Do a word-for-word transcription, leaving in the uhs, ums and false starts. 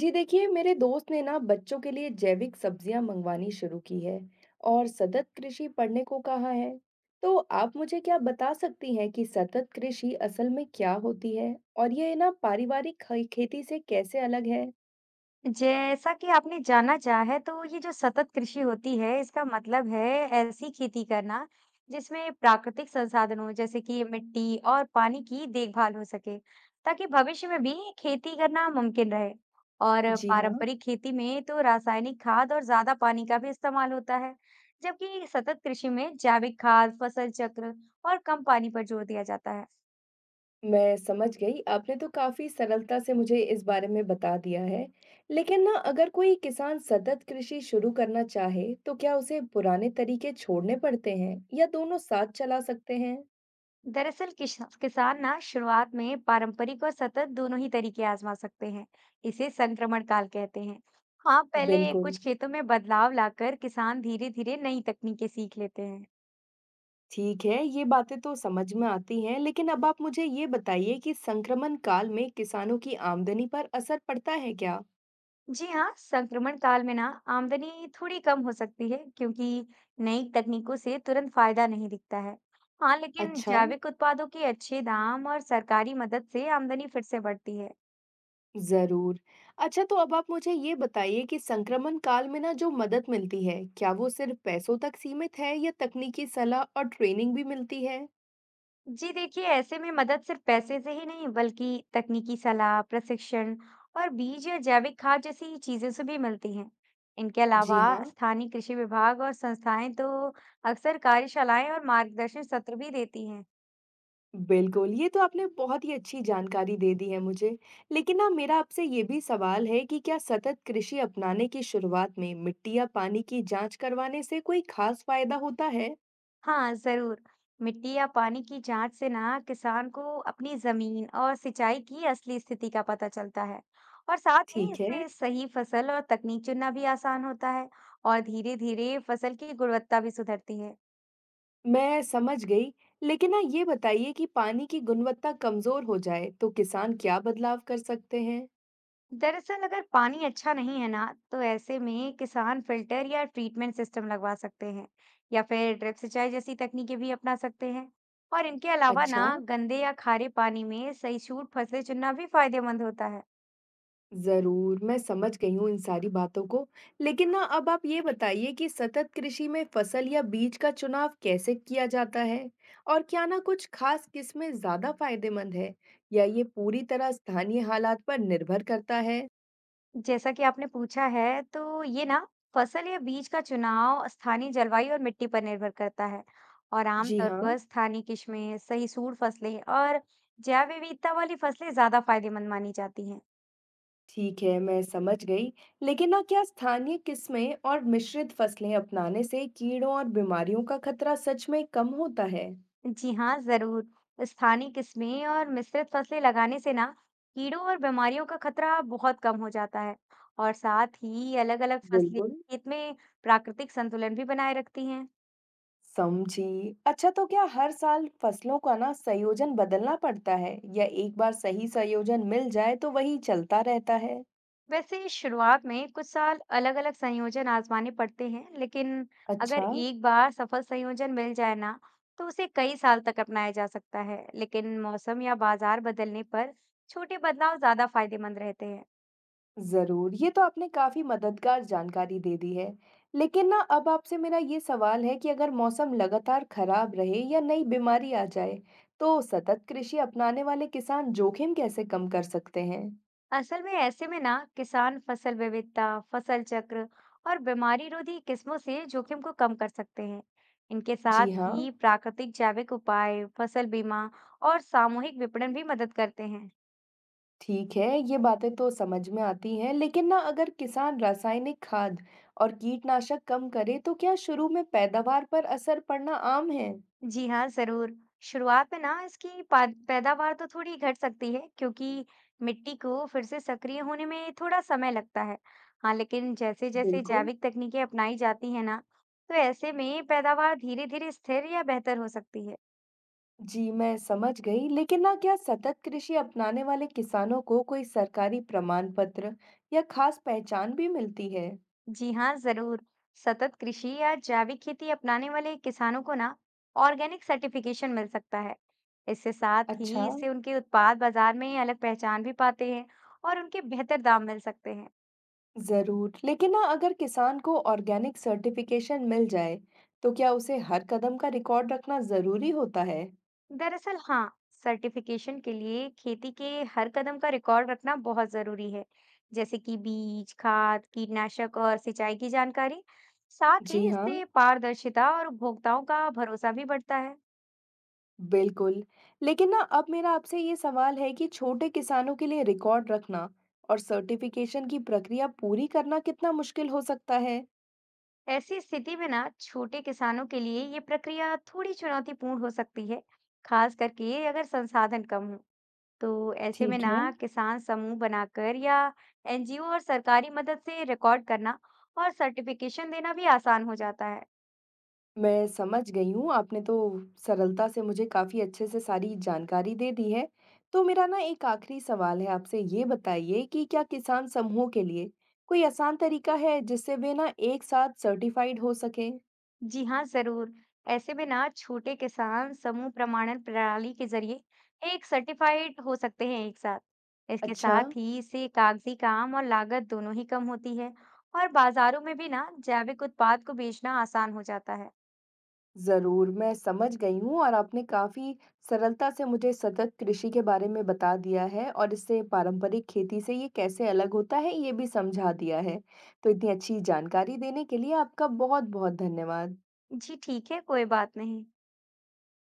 जी देखिए, मेरे दोस्त ने ना बच्चों के लिए जैविक सब्जियां मंगवानी शुरू की है और सतत कृषि पढ़ने को कहा है। तो आप मुझे क्या बता सकती हैं कि सतत कृषि असल में क्या होती है और ये ना पारिवारिक खे- खेती से कैसे अलग है? जैसा कि आपने जाना चाहा है तो ये जो सतत कृषि होती है इसका मतलब है ऐसी खेती करना जिसमें प्राकृतिक संसाधनों जैसे कि मिट्टी और पानी की देखभाल हो सके ताकि भविष्य में भी खेती करना मुमकिन रहे। और जी हाँ। पारंपरिक खेती में तो रासायनिक खाद और ज्यादा पानी का भी इस्तेमाल होता है। जबकि सतत कृषि में जैविक खाद फसल चक्र और कम पानी पर जोर दिया जाता है। मैं समझ गई, आपने तो काफी सरलता से मुझे इस बारे में बता दिया है। लेकिन ना अगर कोई किसान सतत कृषि शुरू करना चाहे, तो क्या उसे पुराने तरीके छोड़ने पड़ते हैं या दोनों साथ चला सकते हैं? दरअसल किश- किसान ना शुरुआत में पारंपरिक और सतत दोनों ही तरीके आजमा सकते हैं। इसे संक्रमण काल कहते हैं। हाँ, पहले बिल्कुल। कुछ खेतों में बदलाव लाकर किसान धीरे धीरे नई तकनीकें सीख लेते हैं। ठीक है, ये बातें तो समझ में आती हैं, लेकिन अब आप मुझे ये बताइए कि संक्रमण काल में किसानों की आमदनी पर असर पड़ता है क्या? जी हाँ, संक्रमण काल में ना आमदनी थोड़ी कम हो सकती है, क्योंकि नई तकनीकों से तुरंत फायदा नहीं दिखता है। हाँ, लेकिन अच्छा, जैविक उत्पादों के अच्छे दाम और सरकारी मदद से आमदनी फिर से बढ़ती है। ज़रूर। अच्छा, तो अब आप मुझे ये बताइए कि संक्रमण काल में ना जो मदद मिलती है, क्या वो सिर्फ पैसों तक सीमित है या तकनीकी सलाह और ट्रेनिंग भी मिलती है? जी देखिए, ऐसे में मदद सिर्फ पैसे से ही नहीं बल्कि तकनीकी सलाह, प्रशिक्षण और बीज या जैविक खाद जैसी चीजों से भी मिलती हैं। इनके जी अलावा हाँ। स्थानीय कृषि विभाग और संस्थाएं तो अक्सर कार्यशालाएं और मार्गदर्शन सत्र भी देती हैं। बिल्कुल, ये तो आपने बहुत ही अच्छी जानकारी दे दी है मुझे। लेकिन ना मेरा आपसे ये भी सवाल है कि क्या सतत कृषि अपनाने की शुरुआत में मिट्टी या पानी की जाँच करवाने से कोई ख़ास फ़ायदा होता है? हाँ जरूर, मिट्टी या पानी की जांच से ना किसान को अपनी जमीन और सिंचाई की असली स्थिति का पता चलता है। और साथ ही ठीक है, इससे सही फसल और तकनीक चुनना भी आसान होता है। और धीरे धीरे फसल की गुणवत्ता भी सुधरती है। मैं समझ गई। लेकिन ना ये बताइए कि पानी की गुणवत्ता कमज़ोर हो जाए तो किसान क्या बदलाव कर सकते हैं? दरअसल अगर पानी अच्छा नहीं है ना, तो ऐसे में किसान फिल्टर या ट्रीटमेंट सिस्टम लगवा सकते हैं। या फिर ड्रिप सिंचाई जैसी तकनीकें भी अपना सकते हैं। और इनके अलावा अच्छा। ना गंदे या खारे पानी में सही छूट फसलें चुनना भी फायदेमंद होता है। ज़रूर, मैं समझ गई हूँ इन सारी बातों को। लेकिन ना अब आप ये बताइए कि सतत कृषि में फसल या बीज का चुनाव कैसे किया जाता है? और क्या ना कुछ खास किस्में ज़्यादा फ़ायदेमंद है? या ये पूरी तरह स्थानीय हालात पर निर्भर करता है? जैसा कि आपने पूछा है तो ये ना फसल या बीज का चुनाव स्थानीय जलवायु और मिट्टी पर निर्भर करता है। और जी आमतौर हाँ। पर स्थानीय किस्में सही सूट फसलें और जैव विविधता वाली फसलें ज्यादा फायदेमंद मानी जाती हैं। ठीक है, मैं समझ गई। लेकिन ना क्या स्थानीय किस्में और मिश्रित फसलें अपनाने से कीड़ों और बीमारियों का खतरा सच में कम होता है? जी हाँ, जरूर। स्थानीय किस्में और मिश्रित फसलें लगाने से ना कीड़ों और बीमारियों का खतरा बहुत कम हो जाता है। और साथ ही अलग-अलग फसलें बिल्कुल। खेत में प्राकृतिक संतुलन भी बनाए रखती हैं। समझी। अच्छा, तो क्या हर साल फसलों का ना संयोजन बदलना पड़ता है या एक बार सही संयोजन मिल जाए तो वही चलता रहता है? वैसे शुरुआत में कुछ साल अलग-अलग संयोजन आजमाने पड़ते हैं, लेकिन अगर अच्छा, एक बार सफल संयोजन मिल जाए ना, तो उसे कई साल तक अपनाया जा सकता है। लेकिन मौसम या बाजार बदलने पर छोटे बदलाव ज्यादा फायदेमंद रहते हैं। जरूर। ये तो आपने काफी मददगार जानकारी दे दी है। लेकिन ना अब आपसे मेरा ये सवाल है कि अगर मौसम लगातार खराब रहे या नई बीमारी आ जाए, तो सतत कृषि अपनाने वाले किसान जोखिम कैसे कम कर सकते हैं? असल में ऐसे में ना किसान फसल विविधता, फसल चक्र और बीमारी रोधी किस्मों से जोखिम को कम कर सकते हैं। इनके जी साथ हाँ। ही प्राकृतिक जैविक उपाय, फसल बीमा और सामूहिक विपणन भी मदद करते हैं। ठीक है, ये बातें तो समझ में आती हैं, लेकिन ना अगर किसान रासायनिक खाद और कीटनाशक कम करे, तो क्या शुरू में पैदावार पर असर पड़ना आम है? जी हाँ, जरूर। शुरुआत में ना इसकी पा- पैदावार तो थोड़ी घट सकती है, क्योंकि मिट्टी को फिर से सक्रिय होने में थोड़ा समय लगता है। हाँ, लेकिन जैसे जैसे बिल्कुल। जैविक तकनीकें अपनाई जाती है ना, तो ऐसे में पैदावार धीरे धीरे स्थिर या बेहतर हो सकती है। जी, मैं समझ गई, लेकिन ना क्या सतत कृषि अपनाने वाले किसानों को कोई सरकारी प्रमाण पत्र या खास पहचान भी मिलती है? जी हाँ, जरूर। सतत कृषि या जैविक खेती अपनाने वाले किसानों को ना ऑर्गेनिक सर्टिफिकेशन मिल सकता है। इसके साथ अच्छा, ही इससे उनके उत्पाद बाजार में अलग पहचान भी पाते हैं। और उनके बेहतर दाम मिल सकते हैं। जरूर, लेकिन ना अगर किसान को ऑर्गेनिक सर्टिफिकेशन मिल जाए, तो क्या उसे हर कदम का रिकॉर्ड रखना जरूरी होता है? दरअसल हाँ, सर्टिफिकेशन के लिए खेती के हर कदम का रिकॉर्ड रखना बहुत जरूरी है, जैसे कि बीज, खाद, कीटनाशक और सिंचाई की जानकारी। साथ ही जी हाँ। इससे पारदर्शिता और उपभोक्ताओं का भरोसा भी बढ़ता है। बिल्कुल। लेकिन ना अब मेरा आपसे ये सवाल है कि छोटे किसानों के लिए रिकॉर्ड रखना और सर्टिफ़िकेशन की प्रक्रिया पूरी करना कितना मुश्किल हो सकता है? ऐसी स्थिति में ना छोटे किसानों के लिए ये प्रक्रिया थोड़ी चुनौतीपूर्ण हो सकती है, खास करके अगर संसाधन कम हो। तो ऐसे में ठीक है। ना किसान समूह बनाकर या एन जी ओ और सरकारी मदद से रिकॉर्ड करना और सर्टिफिकेशन देना भी आसान हो जाता है। मैं समझ गई हूँ, आपने तो सरलता से मुझे काफ़ी अच्छे से सारी जानकारी दे दी है। तो मेरा ना एक आखिरी सवाल है, आपसे ये बताइए कि क्या किसान समूह के लिए कोई आसान तरीका है जिससे वे ना एक साथ सर्टिफ़ाइड हो सकें? जी हाँ, जरूर। ऐसे में ना छोटे किसान समूह प्रमाणन प्रणाली के जरिए एक सर्टिफाइड हो सकते हैं एक साथ। इसके अच्छा। साथ ही इससे कागजी काम और लागत दोनों ही कम होती है। और बाजारों में भी ना जैविक उत्पाद को बेचना आसान हो जाता है। ज़रूर, मैं समझ गई हूँ और आपने काफ़ी सरलता से मुझे सतत कृषि के बारे में बता दिया है और इससे पारंपरिक खेती से ये कैसे अलग होता है, ये भी समझा दिया है। तो इतनी अच्छी जानकारी देने के लिए आपका बहुत-बहुत धन्यवाद। जी ठीक है, कोई बात नहीं।